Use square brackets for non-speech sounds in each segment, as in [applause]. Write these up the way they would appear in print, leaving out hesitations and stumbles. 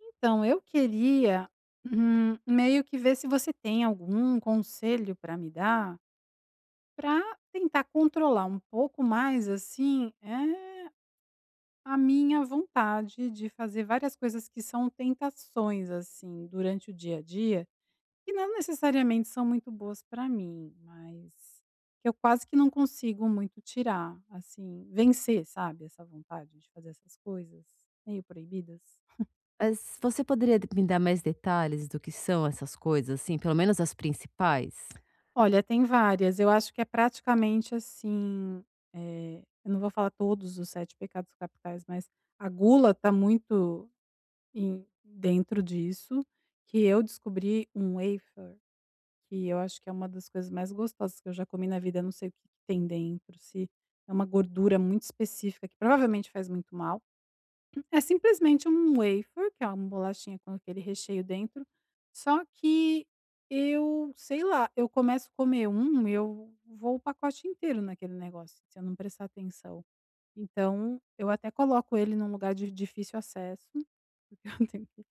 Então, eu queria, meio que ver se você tem algum conselho para me dar, para tentar controlar um pouco mais, assim, a minha vontade de fazer várias coisas que são tentações, assim, durante o dia a dia, que não necessariamente são muito boas para mim, mas que eu quase que não consigo muito tirar, assim, vencer, sabe, essa vontade de fazer essas coisas meio proibidas. Mas você poderia d me dar mais detalhes do que são essas coisas, assim, pelo menos as principais? Olha, tem várias. Eu acho que é praticamente assim, eu não vou falar todos os 7 pecados capitais, mas a gula está muito em dentro disso, que eu descobri um wafer, que eu acho que é uma das coisas mais gostosas que eu já comi na vida, eu não sei o que que tem dentro, se é uma gordura muito específica que provavelmente faz muito mal. É simplesmente um wafer, que é uma bolachinha com aquele recheio dentro, só que eu, sei lá, eu começo a comer um, eu vou o pacote inteiro naquele negócio, se eu não prestar atenção. Então, eu até coloco ele num lugar de difícil acesso, porque [laughs] eu tenho que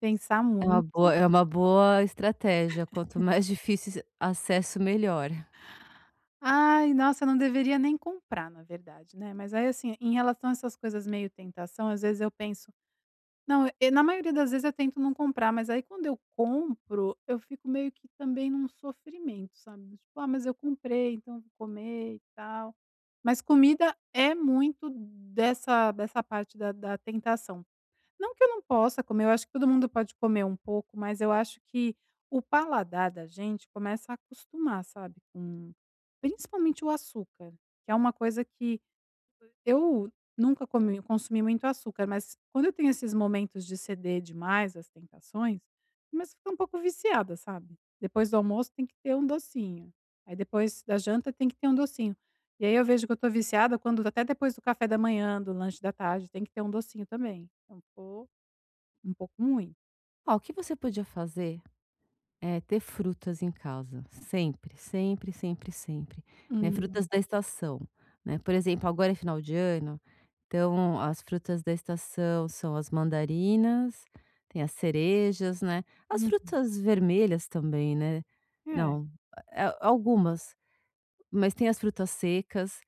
pensar É uma muito. boa é uma boa estratégia, quanto mais [laughs] difícil esse acesso melhor. Ai, nossa, eu não deveria nem comprar, na verdade, né, mas aí, assim, em relação a essas coisas meio tentação, às vezes eu penso não, e na maioria das vezes eu tento não comprar, mas aí quando eu compro, eu fico meio que também num sofrimento, sabe, do tipo: "Ah, mas eu comprei, então eu vou comer e tal". Mas comida é muito dessa parte da tentação. Não que eu não possa comer, eu acho que todo mundo pode comer um pouco, mas eu acho que o paladar da gente começa a acostumar, sabe, com principalmente o açúcar, que é uma coisa que eu nunca comi consumi muito açúcar, mas quando eu tenho esses momentos de ceder demais às tentações, começo a ficar um pouco viciada, sabe. Depois do almoço tem que ter um docinho, aí depois da janta tem que ter um docinho. E aí eu vejo que eu estou viciada quando até depois do café da manhã, do lanche da tarde, tem que ter um docinho também. Então ficou um pouco ruim. Ó, o que você podia fazer. É, ter frutas em casa, sempre, sempre, sempre, sempre, né, Hum. frutas da estação, né. Por exemplo, agora é final de ano, então as frutas da estação são as mandarinas, tem as cerejas, né, as Hum. frutas vermelhas também, né. É. Não, a algumas, mas tem as frutas secas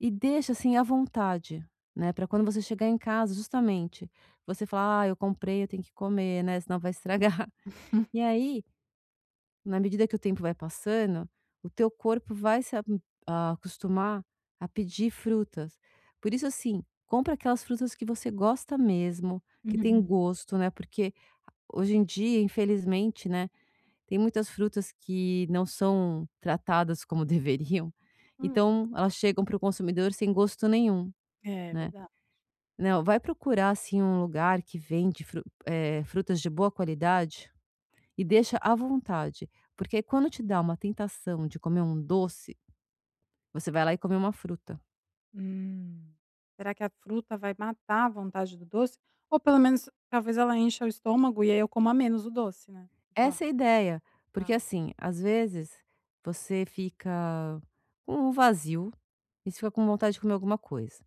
e deixa, assim, à vontade, né, para quando você chegar em casa, justamente, você falar: "Ah, eu comprei, eu tenho que comer, né, senão vai estragar". [laughs] E aí na medida que o tempo vai passando, o teu corpo vai se a a acostumar a pedir frutas. Por isso, assim, compra aquelas frutas que você gosta mesmo, que tem Uhum. gosto, né, porque hoje em dia, infelizmente, né, tem muitas frutas que não são tratadas como [laughs] deveriam, Hum. então elas chegam para o consumidor sem gosto nenhum, É, né. verdade. Não, vai procurar, assim, um lugar que vende frutas de boa qualidade e deixa à vontade, porque aí quando te dá uma tentação de comer um doce, você vai lá e come uma fruta. Hum. Será que a fruta vai matar a vontade do doce? Ou pelo menos talvez ela encha o estômago e aí eu coma menos o doce, né. Tipo, ah, Essa é a ideia, porque tá, assim, às vezes você fica com um vazio e você fica com vontade de comer alguma coisa.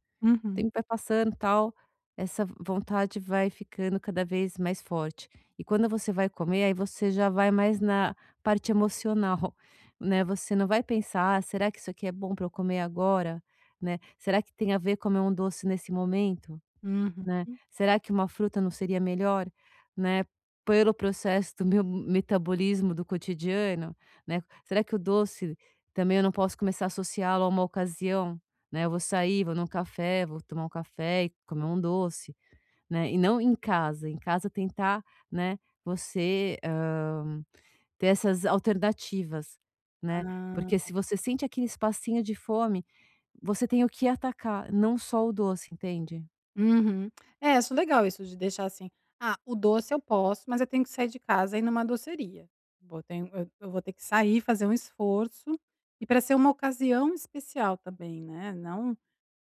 O uhum, tempo vai passando, tal, essa vontade vai ficando cada vez mais forte. E quando você vai comer, aí você já vai mais na parte emocional, [laughs] né, você não vai pensar: "Ah, será que isso aqui é bom para eu comer agora?", né, "Será que tem a ver comer um doce nesse momento?". uhum. Né, será que uma fruta não seria melhor, né, pelo processo do meu metabolismo do cotidiano, né. Será que o doce também eu não posso começar a associá-lo a uma ocasião, né. Eu vou sair, vou num café, vou tomar um café e comer um doce, né, e não em casa, em casa tentar, né, você, hã, ter essas alternativas, né. Porque Ah, se você sente aquele espacinho de fome, você tem o que atacar, não só o doce, entende? uhum. É, acho legal isso de deixar assim: "Ah, o doce eu posso, mas eu tenho que sair de casa e ir numa doceria. Vou tenho eu vou ter que sair, fazer um esforço", e para ser uma ocasião especial também, né, não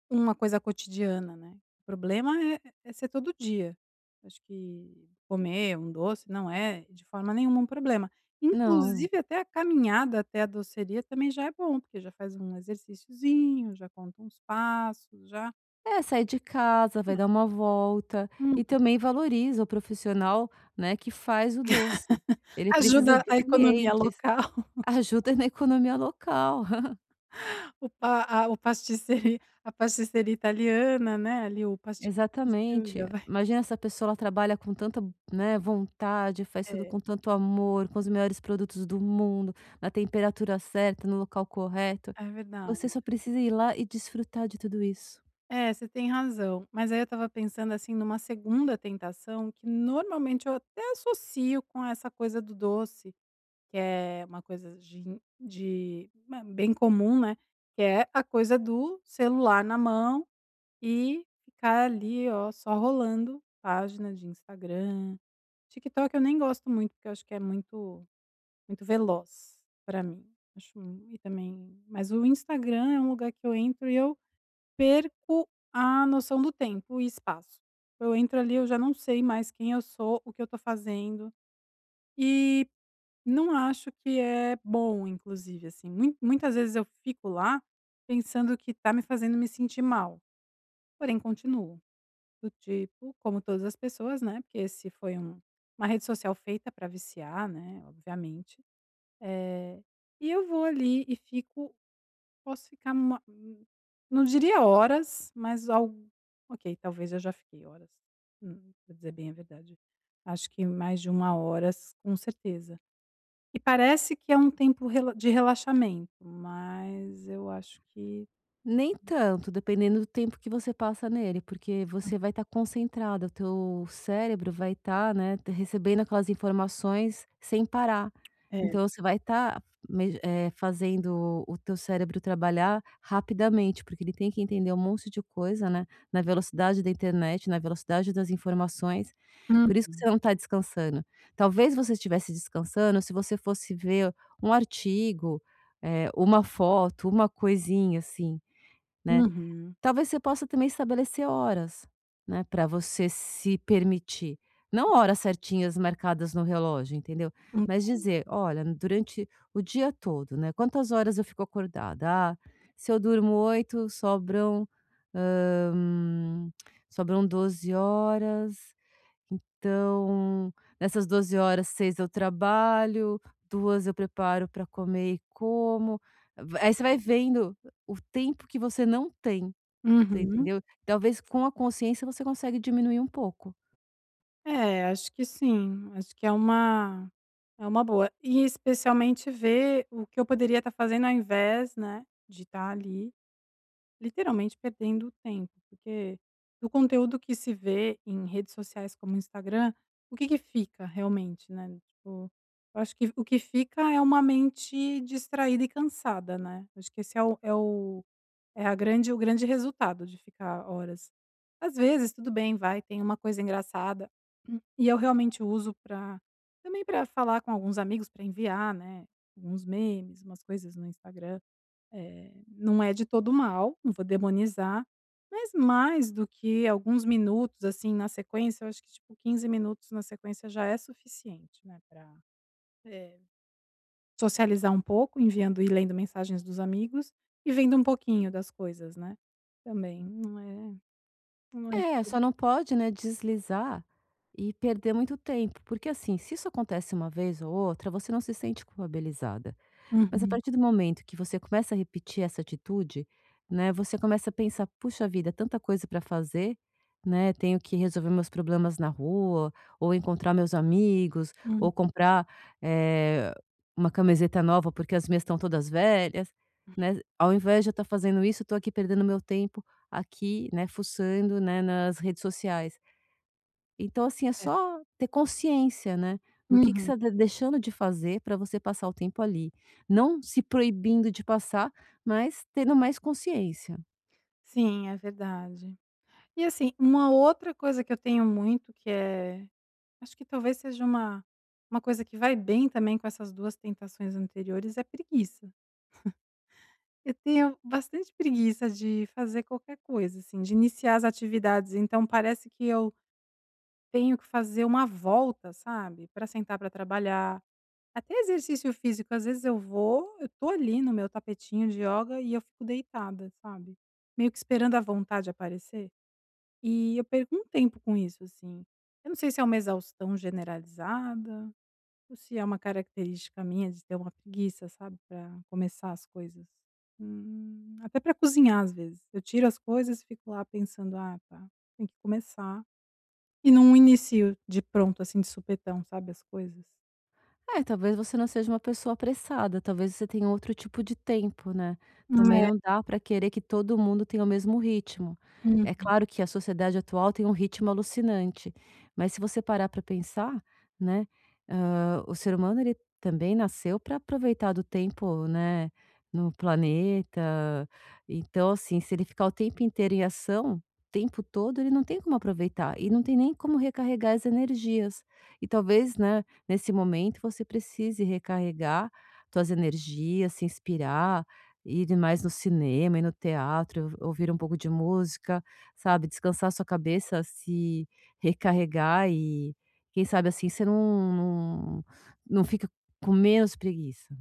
uma coisa cotidiana, né. O problema é é ser todo dia. Acho que comer um doce não é de forma nenhuma um problema. Não. Inclusive até a caminhada até a doceria também já é bom, porque já faz um exerciciozinho, já conta uns passos, já É, sai de casa, vai dar uma volta hum, e também valoriza o profissional, né, que faz o doce. Ele precisa ajuda de a economia clientes, local, [laughs] ajuda na economia local. [laughs] [laughs] o pa a o pasticcerie a pasticceria italiana, né, ali o pastifício Exatamente. já vai Imagina essa pessoa, ela trabalha com tanta, né, vontade, faz tudo é, com tanto amor, com os melhores produtos do mundo, na temperatura certa, no local correto. é Você verdade. só precisa ir lá e desfrutar de tudo isso. É, você tem razão. Mas aí eu estava pensando, assim, numa segunda tentação que normalmente eu até associo com essa coisa do doce, que é uma coisa de ma bem comum, né, que é a coisa do celular na mão e ficar ali, ó, só rolando página de Instagram. TikTok eu nem gosto muito, porque eu acho que é muito muito veloz pra mim. Acho e também mas o Instagram é um lugar que eu entro e eu perco a noção do tempo e espaço. Eu entro ali, eu já não sei mais quem eu sou, o que eu tô fazendo, e não acho que é bom, inclusive, assim. Mui muitas vezes eu fico lá pensando que tá me fazendo me sentir mal, porém continuo. Do tipo, como todas as pessoas, né, porque esse foi um uma rede social feita para viciar, né, obviamente. Eh, e eu vou ali e fico posso ficar uma não diria horas, mas algo ok, talvez eu já fiquei horas, para dizer bem a verdade. Acho que mais de uma hora s com certeza. E parece que é um tempo rela de relaxamento, mas eu acho que Nem tanto, dependendo do tempo que você passa nele, porque você vai estar concentrada, o teu cérebro vai estar, né, recebendo aquelas informações sem parar. é. Então você vai estar fazendo o teu cérebro trabalhar rapidamente, porque ele tem que entender um monte de coisa, né, na velocidade da internet, na velocidade das informações. Uhum. Por isso que você não está descansando. Talvez você estivesse descansando se você fosse ver um artigo, uma foto, uma coisinha assim, né. Uhum. Talvez você possa também estabelecer horas, né, pra você se permitir. Não horas certinhas marcadas no relógio, entendeu. Hum. Mas dizer: "Olha, durante o dia todo, né, quantas horas eu fico acordada? Ah, se eu durmo 8 sobram, hã, sobram 12 horas. Então, nessas 12 horas, 6 eu trabalho, 2 eu preparo para comer e como". Aí você vai vendo o tempo que você não tem, você Uhum. entendeu? Talvez com a consciência você consegue diminuir um pouco. É, acho que sim, acho que é uma boa. E especialmente ver o que eu poderia estar fazendo ao invés, né, de estar ali literalmente perdendo o tempo, porque do conteúdo que se vê em redes sociais como o Instagram, o que que fica realmente, né, tipo, eu acho que o que fica é uma mente distraída e cansada, né, acho que esse é o é o é a grande o grande resultado de ficar horas. Às vezes, tudo bem, vai, tem uma coisa engraçada, [clears throat] e eu realmente uso para também para falar com alguns amigos, para enviar, né, alguns memes, umas coisas no Instagram. Não é de todo mal, não vou demonizar, mas mais do que alguns minutos, assim, na sequência, eu acho que tipo 15 minutos na sequência já é suficiente, né, pra, eh, socializar um pouco, enviando e lendo mensagens dos amigos e vendo um pouquinho das coisas, né, também, não é não é de É, todo só não pode, né, deslizar e perder muito tempo, porque assim, se isso acontece uma vez ou outra, você não se sente culpabilizada. Mas a uhum, partir do momento que você começa a repetir essa atitude, né, você começa a pensar: "Puxa vida, tanta coisa para fazer, né, tenho que resolver meus problemas na rua, ou encontrar meus amigos, uhum, ou comprar, eh, uma camiseta nova porque as minhas estão todas velhas", né. Ao invés de eu estar fazendo isso, eu estou aqui perdendo meu tempo aqui, né, fuçando, né, nas redes sociais. Então, assim, é é. só ter consciência, né, do que Uhum. você está deixando de fazer para você passar o tempo ali. Não se proibindo de passar, mas tendo mais consciência. Sim, é verdade. E assim, uma outra coisa que eu tenho muito que é acho que talvez seja uma coisa que vai bem também com essas 2 tentações anteriores, é preguiça. Eu tenho bastante preguiça de fazer qualquer coisa, assim, de iniciar as atividades, então parece que eu tenho que fazer uma volta, sabe, para sentar para trabalhar. Até exercício físico, às vezes eu vou, eu tô ali no meu tapetinho de yoga e eu fico deitada, sabe, meio que esperando a vontade aparecer. E eu perco um tempo com isso, assim. Eu não sei se é uma exaustão generalizada. Ou se é uma característica minha de ter uma preguiça, sabe, para começar as coisas. Até para cozinhar, às vezes. Eu tiro as coisas e fico lá pensando: "Ah, tá, tem que começar", e não inicio de pronto, assim, de supetão, sabe, as coisas. É, talvez você não seja uma pessoa apressada, talvez você tenha outro tipo de tempo, né. Também É. não dá para querer que todo mundo tenha o mesmo ritmo. Hum. É claro que a sociedade atual tem um ritmo alucinante, mas se você parar para pensar, né, o ser humano ele também nasceu para aproveitar do tempo, né, no planeta. Então, assim, se ele ficar o tempo inteiro em ação, o tempo todo, ele não tem como aproveitar e não tem nem como recarregar as energias. E talvez, né, nesse momento, você precise recarregar suas energias, se inspirar, ir mais no cinema, e no teatro, ouvir um pouco de música, sabe, descansar sua cabeça, se recarregar e quem sabe, assim, você não fica com menos preguiça.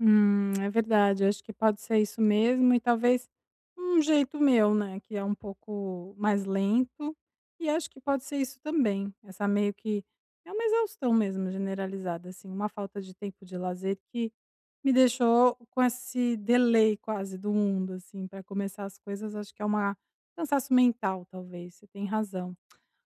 É verdade, eu acho que pode ser isso mesmo e talvez um jeito meu, né, que é um pouco mais lento, e acho que pode ser isso também, essa meio que é uma exaustão mesmo generalizada, assim, uma falta de tempo de lazer que me deixou com esse delay quase do mundo, assim, para começar as coisas, acho que é uma cansaço mental talvez, você tem razão.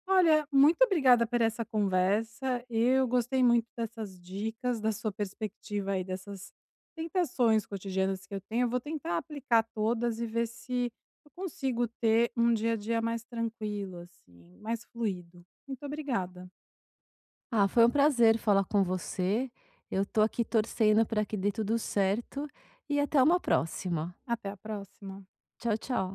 Olha, muito obrigada por essa conversa, eu gostei muito dessas dicas, da sua perspectiva aí dessas tentações cotidianas que eu tenho, eu vou tentar aplicar todas e ver se eu consigo ter um dia a dia mais tranquilo, assim, mais fluido. Muito obrigada, Ah, foi um prazer falar com você. Eu tô aqui torcendo para que dê tudo certo e até uma próxima. até a próxima. Tchau, tchau.